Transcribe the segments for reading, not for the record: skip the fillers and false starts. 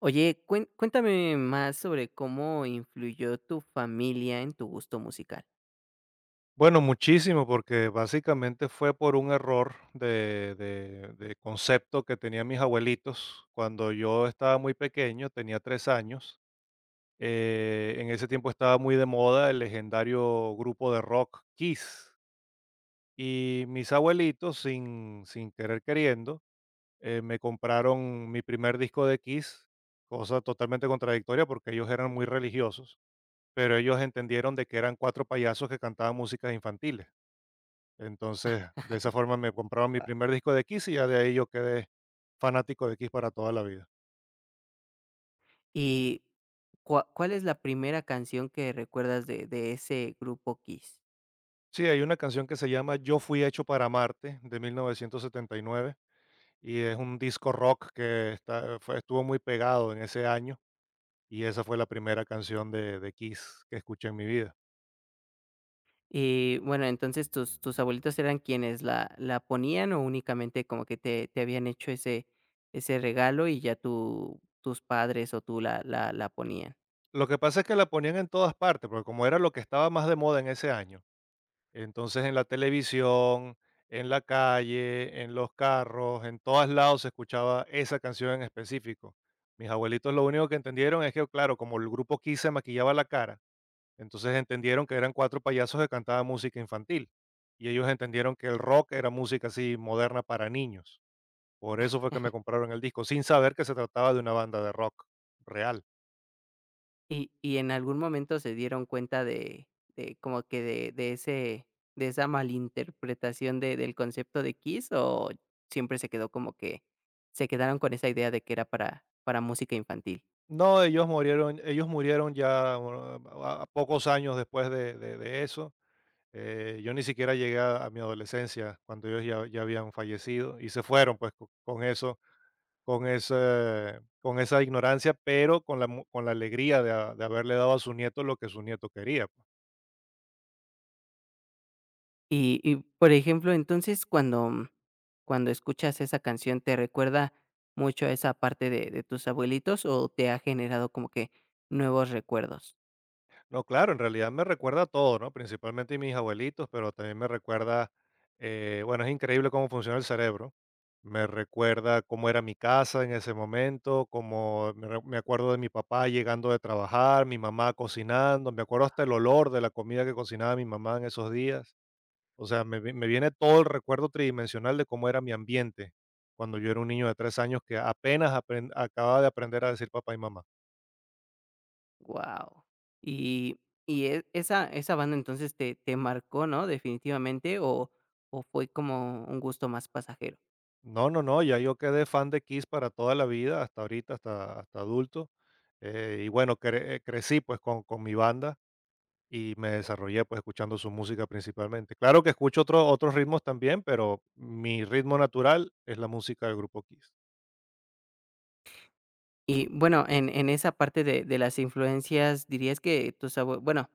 Oye, cuen cuéntame más sobre cómo influyó tu familia en tu gusto musical. Bueno, muchísimo, porque básicamente fue por un error de concepto que tenían mis abuelitos cuando yo estaba muy pequeño, tenía 3 años. En ese tiempo estaba muy de moda el legendario grupo de rock Kiss. Y mis abuelitos, sin querer queriendo, me compraron mi primer disco de Kiss, cosa totalmente contradictoria porque ellos eran muy religiosos, pero ellos entendieron de que eran cuatro payasos que cantaban músicas infantiles. Entonces, de esa forma me compraron mi primer disco de Kiss y ya de ahí yo quedé fanático de Kiss para toda la vida. Y ¿cua cuál es la primera canción que recuerdas de ese grupo KISS? Sí, hay una canción que se llama Yo fui hecho para Marte de 1979 y nueve y es un disco rock que estuvo muy pegado en ese año y esa fue la primera canción de Kiss que escuché en mi vida. Y bueno, entonces, ¿tus abuelitos eran quienes la ponían, o únicamente como que te habían hecho ese ese regalo y ya tú tus padres o tú la ponían? Lo que pasa es que la ponían en todas partes, porque como era lo que estaba más de moda en ese año, entonces en la televisión, en la calle, en los carros, en todos lados se escuchaba esa canción en específico. Mis abuelitos lo único que entendieron es que, claro, como el grupo Kiss se maquillaba la cara, entonces entendieron que eran cuatro payasos que cantaban música infantil. Y ellos entendieron que el rock era música así moderna para niños. Por eso fue que me compraron el disco, sin saber que se trataba de una banda de rock real. Y en algún momento se dieron cuenta de como que de ese de esa malinterpretación de del concepto de Kiss, ¿o siempre se quedó como que se quedaron con esa idea de que era para música infantil? No, ellos murieron ya bueno, a pocos años después de eso. Yo ni siquiera llegué a mi adolescencia cuando ellos ya habían fallecido y se fueron pues con eso, con esa ignorancia, pero con con la alegría de haberle dado a su nieto lo que su nieto quería. Y, por ejemplo, entonces, cuando cuando escuchas esa canción, ¿te recuerda mucho a esa parte de tus abuelitos, o te ha generado como que nuevos recuerdos? No, claro, en realidad me recuerda a todo, ¿no? Principalmente a mis abuelitos, pero también me recuerda, bueno, es increíble cómo funciona el cerebro. Me recuerda cómo era mi casa en ese momento, me acuerdo de mi papá llegando de trabajar, mi mamá cocinando, me acuerdo hasta el olor de la comida que cocinaba mi mamá en esos días. O sea, me viene todo el recuerdo tridimensional de cómo era mi ambiente cuando yo era un niño de 3 años que acababa de aprender a decir papá y mamá. Wow. Y y esa esa banda entonces te marcó, ¿no? Definitivamente, o fue como un gusto más pasajero. No, no, no, ya yo quedé fan de Kiss para toda la vida, hasta ahorita, hasta adulto. Y bueno, crecí pues con mi banda y me desarrollé pues escuchando su música principalmente. Claro que escucho otros ritmos también, pero mi ritmo natural es la música del grupo Kiss. Y bueno, en esa parte de las influencias, dirías que tus abue bueno,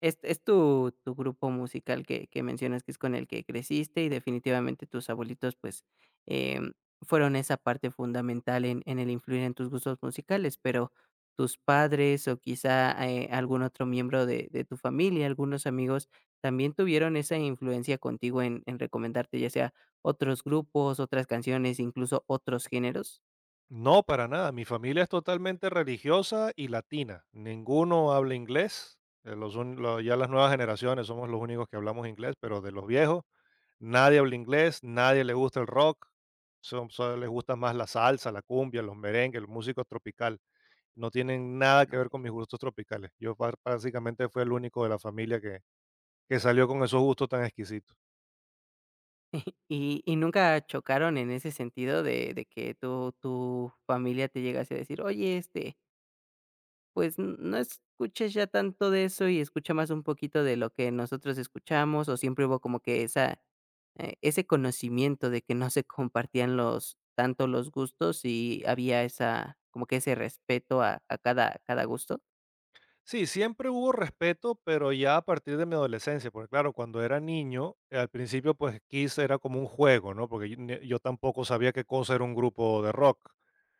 Es tu grupo musical que mencionas que es con el que creciste y definitivamente tus abuelitos, pues, em, fueron esa parte fundamental en el influir en tus gustos musicales, pero tus padres o quizá, algún otro miembro de tu familia, algunos amigos, ¿también tuvieron esa influencia contigo en recomendarte, ya sea otros grupos, otras canciones, incluso otros géneros? No, para nada. Mi familia es totalmente religiosa y latina. Ninguno habla inglés. Ya las nuevas generaciones somos los únicos que hablamos inglés, pero de los viejos, nadie habla inglés, nadie le gusta el rock. Solo les gusta más la salsa, la cumbia, los merengues, los músicos tropical. No tienen nada que ver con mis gustos tropicales. Yo básicamente fui el único de la familia que salió con esos gustos tan exquisitos. ¿Y y nunca chocaron en ese sentido de que tu familia te llegase a decir: "Oye, este, pues, n no escuches ya tanto de eso y escucha más un poquito de lo que nosotros escuchamos", o siempre hubo como que esa, ese conocimiento de que no se compartían los tanto los gustos y había esa como que ese respeto a cada a cada gusto? Sí, siempre hubo respeto, pero ya a partir de mi adolescencia, porque claro, cuando era niño, al principio pues Kiss era como un juego, ¿no? Porque yo tampoco sabía qué cosa era un grupo de rock,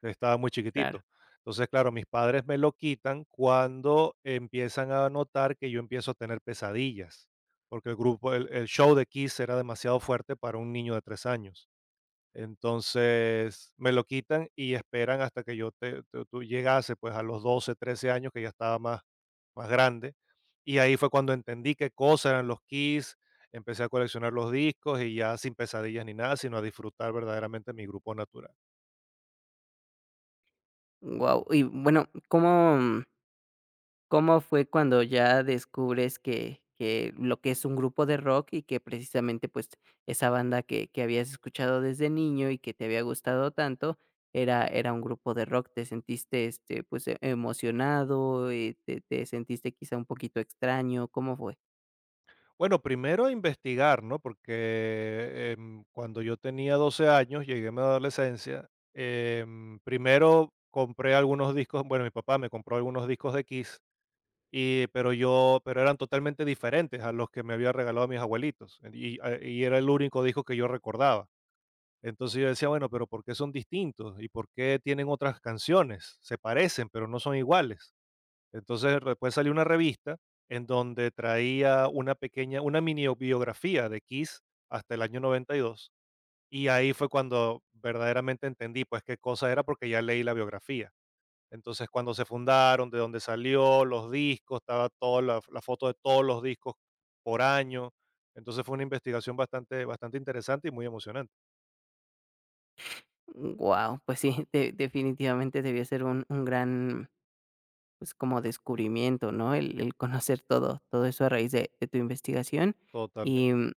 estaba muy Claro. chiquitito. Entonces, claro, mis padres me lo quitan cuando empiezan a notar que yo empiezo a tener pesadillas, porque el show de Kiss era demasiado fuerte para un niño de 3 años. Entonces me lo quitan y esperan hasta que yo te, tú tú llegase pues a los 12 13 años que ya estaba más grande. Y ahí fue cuando entendí qué cosas eran los Kiss, empecé a coleccionar los discos y ya sin pesadillas ni nada, sino a disfrutar verdaderamente mi grupo natural. Wow. Y bueno, ¿cómo? ¿Cómo fue cuando ya descubres que lo que es un grupo de rock y que precisamente, pues, esa banda que habías escuchado desde niño y que te había gustado tanto era era un grupo de rock? ¿Te sentiste, este, pues, emocionado, te sentiste quizá un poquito extraño? ¿Cómo fue? Bueno, primero a investigar, ¿no? Porque cuando yo tenía 12 años, llegué a mi adolescencia, primero compré algunos discos, bueno, mi papá me compró algunos discos de Kiss. Pero eran totalmente diferentes a los que me había regalado mis abuelitos. Y era el único disco que yo recordaba. Entonces yo decía, bueno, pero ¿por qué son distintos? ¿Y por qué tienen otras canciones? Se parecen, pero no son iguales. Entonces después salió una revista en donde traía una pequeña, una mini biografía de Kiss hasta el año 92. Y ahí fue cuando verdaderamente entendí, pues, qué cosa era porque ya leí la biografía. Entonces, cuando se fundaron, de dónde salió, los discos, estaba toda la foto de todos los discos por año. Entonces fue una investigación bastante interesante y muy emocionante, Wow, pues sí, de definitivamente debió ser un gran, pues, como descubrimiento, ¿no? El conocer todo todo eso a raíz de tu investigación y totalmente.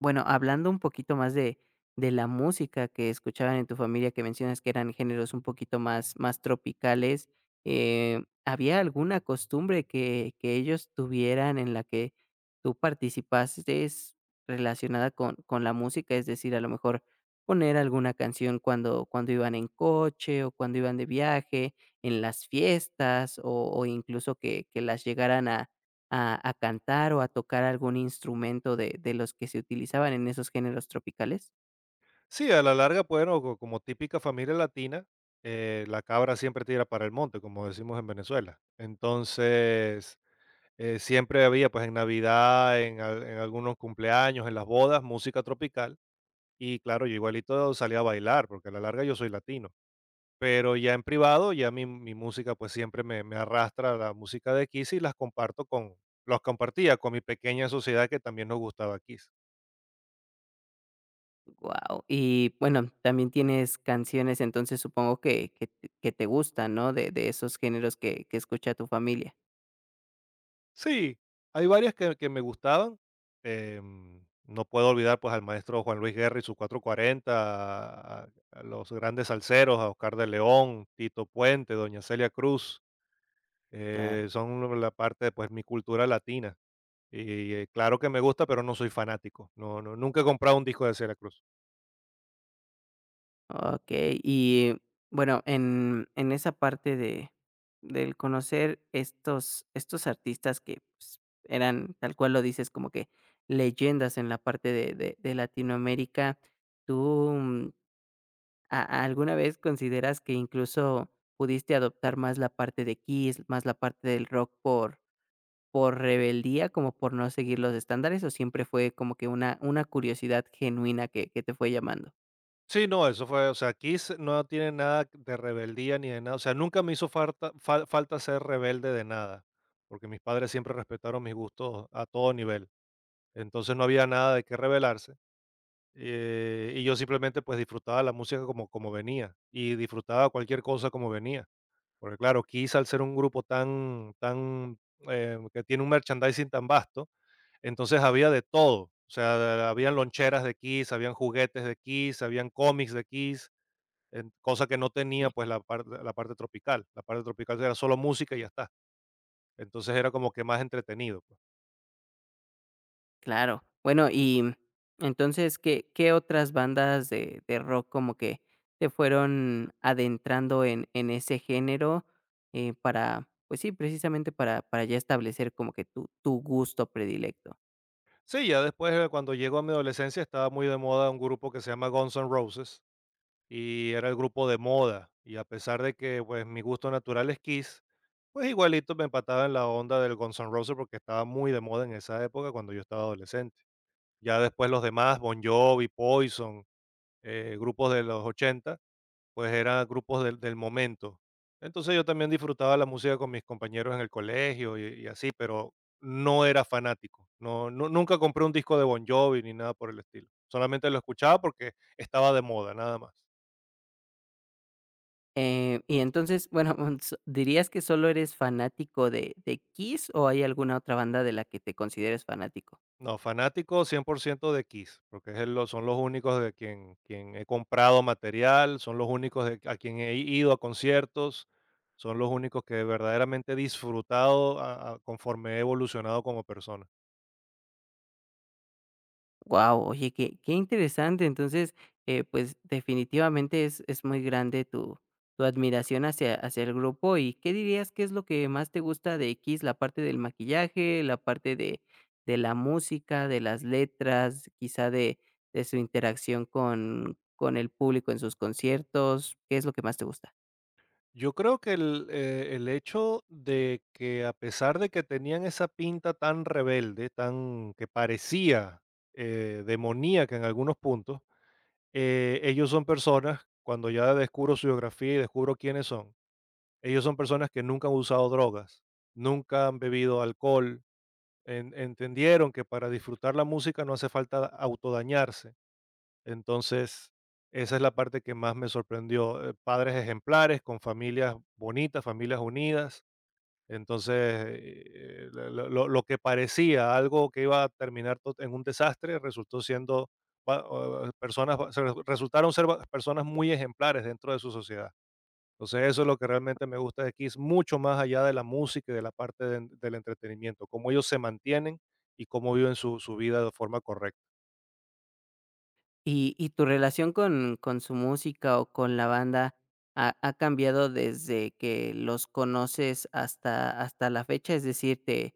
bueno, hablando un poquito más de la música que escuchaban en tu familia, que mencionas que eran géneros un poquito más más tropicales, ¿había alguna costumbre que ellos tuvieran en la que tú participaste relacionada con la música? Es decir, a lo mejor poner alguna canción cuando cuando iban en coche o cuando iban de viaje, en las fiestas o incluso que las llegaran a cantar o a tocar algún instrumento de los que se utilizaban en esos géneros tropicales. Sí, a la larga, bueno, como típica familia latina, la cabra siempre tira para el monte, como decimos en Venezuela. Entonces, siempre había, pues en Navidad, en algunos cumpleaños, en las bodas, música tropical. Y claro, yo igualito salía a bailar, porque a la larga yo soy latino. Pero ya en privado, ya mi música, pues, siempre me arrastra a la música de Kiss y las comparto con los compartía con mi pequeña sociedad que también nos gustaba Kiss. Guau. Y bueno, también tienes canciones, entonces supongo que t que te gustan, ¿no? De esos géneros que escucha tu familia. Sí, hay varias que me gustaban, no puedo olvidar, pues, al maestro Juan Luis Guerra y sus 440, a los grandes salseros, a Oscar de León, Tito Puente, doña Celia Cruz, Claro. Son la parte, de pues, mi cultura latina. Y, claro que me gusta, pero no soy fanático. No no, nunca he comprado un disco de Celia Cruz. Okey. Y bueno, en esa parte de del conocer estos estos artistas que, pues, eran, tal cual lo dices, como que leyendas en la parte de de Latinoamérica, ¿tú ¿A ¿alguna vez consideras que incluso pudiste adoptar más la parte de Kiss, más la parte del rock por rebeldía, como por no seguir los estándares, o siempre fue como que una curiosidad genuina que te fue llamando? Sí, no, eso fue, o sea, Kiss no tiene nada de rebeldía ni de nada, o sea, nunca me hizo falta ser rebelde de nada, porque mis padres siempre respetaron mis gustos a todo nivel, entonces no había nada de qué rebelarse, y yo simplemente pues disfrutaba la música como venía, y disfrutaba cualquier cosa como venía, porque claro, Kiss al ser un grupo tan que tiene un merchandising tan vasto, entonces había de todo, o sea, habían loncheras de Kiss, habían juguetes de Kiss, habían cómics de Kiss, cosa que no tenía Sí, pues la parte tropical. La parte tropical era solo música y ya está. Entonces era como que más entretenido, pues. claro. Bueno, y entonces, ¿qué qué otras bandas de rock como que te fueron adentrando en ese género, para, pues sí, precisamente para ya establecer como que tu gusto predilecto? Sí, ya después cuando llegó a mi adolescencia estaba muy de moda un grupo que se llama Guns N' Roses y era el grupo de moda. Y a pesar de que pues mi gusto natural es Kiss, pues igualito me empataba en la onda del Guns N' Roses porque estaba muy de moda en esa época cuando yo estaba adolescente. Ya después los demás, Bon Jovi, Poison, grupos de los 80, pues eran grupos del momento. Entonces yo también disfrutaba la música con mis compañeros en el colegio y así, pero no era fanático. Nunca compré un disco de Bon Jovi ni nada por el estilo. Solamente lo escuchaba porque estaba de moda, nada más. Y entonces, bueno, s ¿dirías que solo eres fanático de Kiss o hay alguna otra banda de la que te consideres fanático? No, fanático 100% de Kiss, porque son los únicos quien he comprado material, son los únicos de, a quien he ido a conciertos, son los únicos que verdaderamente he disfrutado conforme he evolucionado como persona. Wow, oye, qué qué interesante. Entonces, pues, definitivamente es muy grande tu tu admiración hacia hacia el grupo. ¿Y qué dirías que es lo que más te gusta de Kiss? ¿La parte del maquillaje, la parte de la música, de las letras, quizá de su interacción con el público en sus conciertos? ¿Qué es lo que más te gusta? Yo creo que el hecho de que a pesar de que tenían esa pinta tan rebelde, tan que parecía demoníaca en algunos puntos, ellos son personas, cuando ya descubro su biografía y descubro quiénes son, ellos son personas que nunca han usado drogas, nunca han bebido alcohol, entendieron que para disfrutar la música no hace falta autodañarse. Entonces, esa es la parte que más me sorprendió, padres ejemplares con familias bonitas, familias unidas. Entonces, lo que parecía algo que iba a terminar en un desastre resultó siendo personas, se resultaron ser personas muy ejemplares dentro de su sociedad. Entonces, eso es lo que realmente me gusta de Kiss, mucho más allá de la música y de la parte del entretenimiento, cómo ellos se mantienen y cómo viven su vida de forma correcta. Y tu relación con su música o con la banda ha cambiado desde que los conoces hasta hasta la fecha? Es decir, ¿te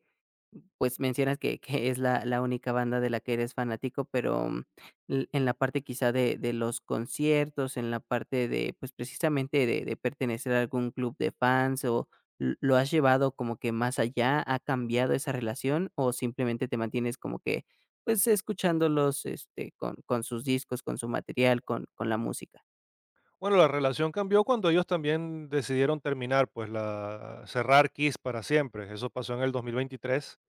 pues mencionas que es la única banda de la que eres fanático, pero, l en la parte quizá de los conciertos, en la parte de, pues, precisamente de pertenecer a algún club de fans o, ¿l lo has llevado como que más allá? ¿Ha cambiado esa relación o simplemente te mantienes como que, pues, escuchándolos, este, con sus discos, con su material, con la música? Bueno, la relación cambió cuando ellos también decidieron terminar, pues la cerrar Kiss para siempre. Eso pasó en el 2023,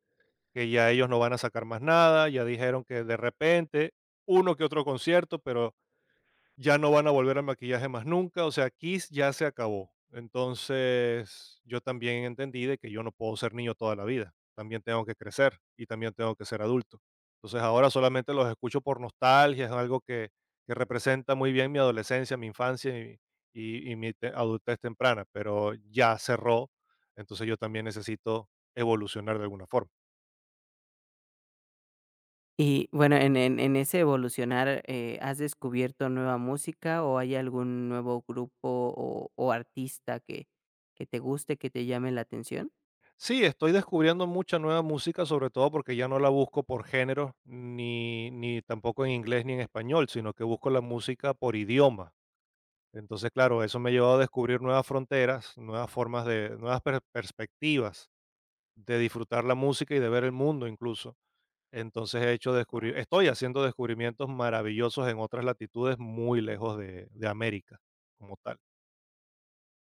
que ya ellos no van a sacar más nada, ya dijeron que de repente uno que otro concierto, pero ya no van a volver al maquillaje más nunca, o sea, Kiss ya se acabó. Entonces, yo también entendí de que yo no puedo ser niño toda la vida, también tengo que crecer y también tengo que ser adulto. Entonces, ahora solamente los escucho por nostalgia, es algo que representa muy bien mi adolescencia, mi infancia y mi adultez temprana, pero ya cerró, entonces yo también necesito evolucionar de alguna forma. Y bueno, en ese evolucionar, ¿has descubierto nueva música o hay algún nuevo grupo o artista que te guste, que te llame la atención? Sí, estoy descubriendo mucha nueva música, sobre todo porque ya no la busco por género, ni tampoco en inglés ni en español, sino que busco la música por idioma. Entonces, claro, eso me ha llevado a descubrir nuevas fronteras, nuevas perspectivas de disfrutar la música y de ver el mundo incluso. Guau. Estoy haciendo descubrimientos maravillosos en otras latitudes muy lejos de América como tal.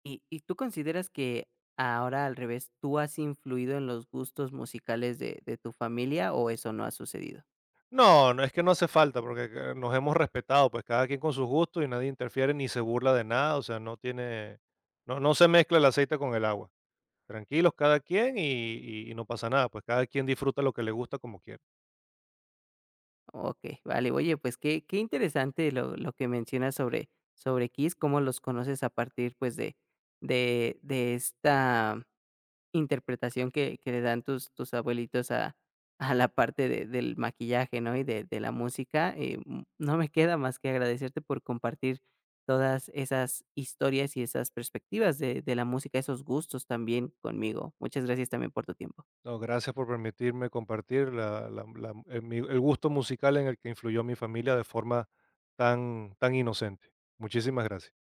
Y tú consideras que ahora al revés, tú has influido en los gustos musicales de tu familia o eso no ha sucedido? No, no, es que no hace falta porque que nos hemos respetado, pues cada quien con sus gustos y nadie interfiere ni se burla de nada, o sea, no tiene, no, no se mezcla el aceite con el agua. Tranquilos cada quien y no pasa nada, pues cada quien disfruta lo que le gusta como quiere. Okey, vale. Oye, pues qué qué interesante lo que mencionas sobre sobre Kiss, cómo los conoces a partir, pues, de de esta interpretación que le dan tus abuelitos a la parte de del maquillaje, ¿no? Y de la música, no me queda más que agradecerte por compartir todas esas historias y esas perspectivas de la música, esos gustos también conmigo. Muchas gracias también por tu tiempo. No, gracias por permitirme compartir el gusto musical en el que influyó mi familia de forma tan inocente. Muchísimas gracias.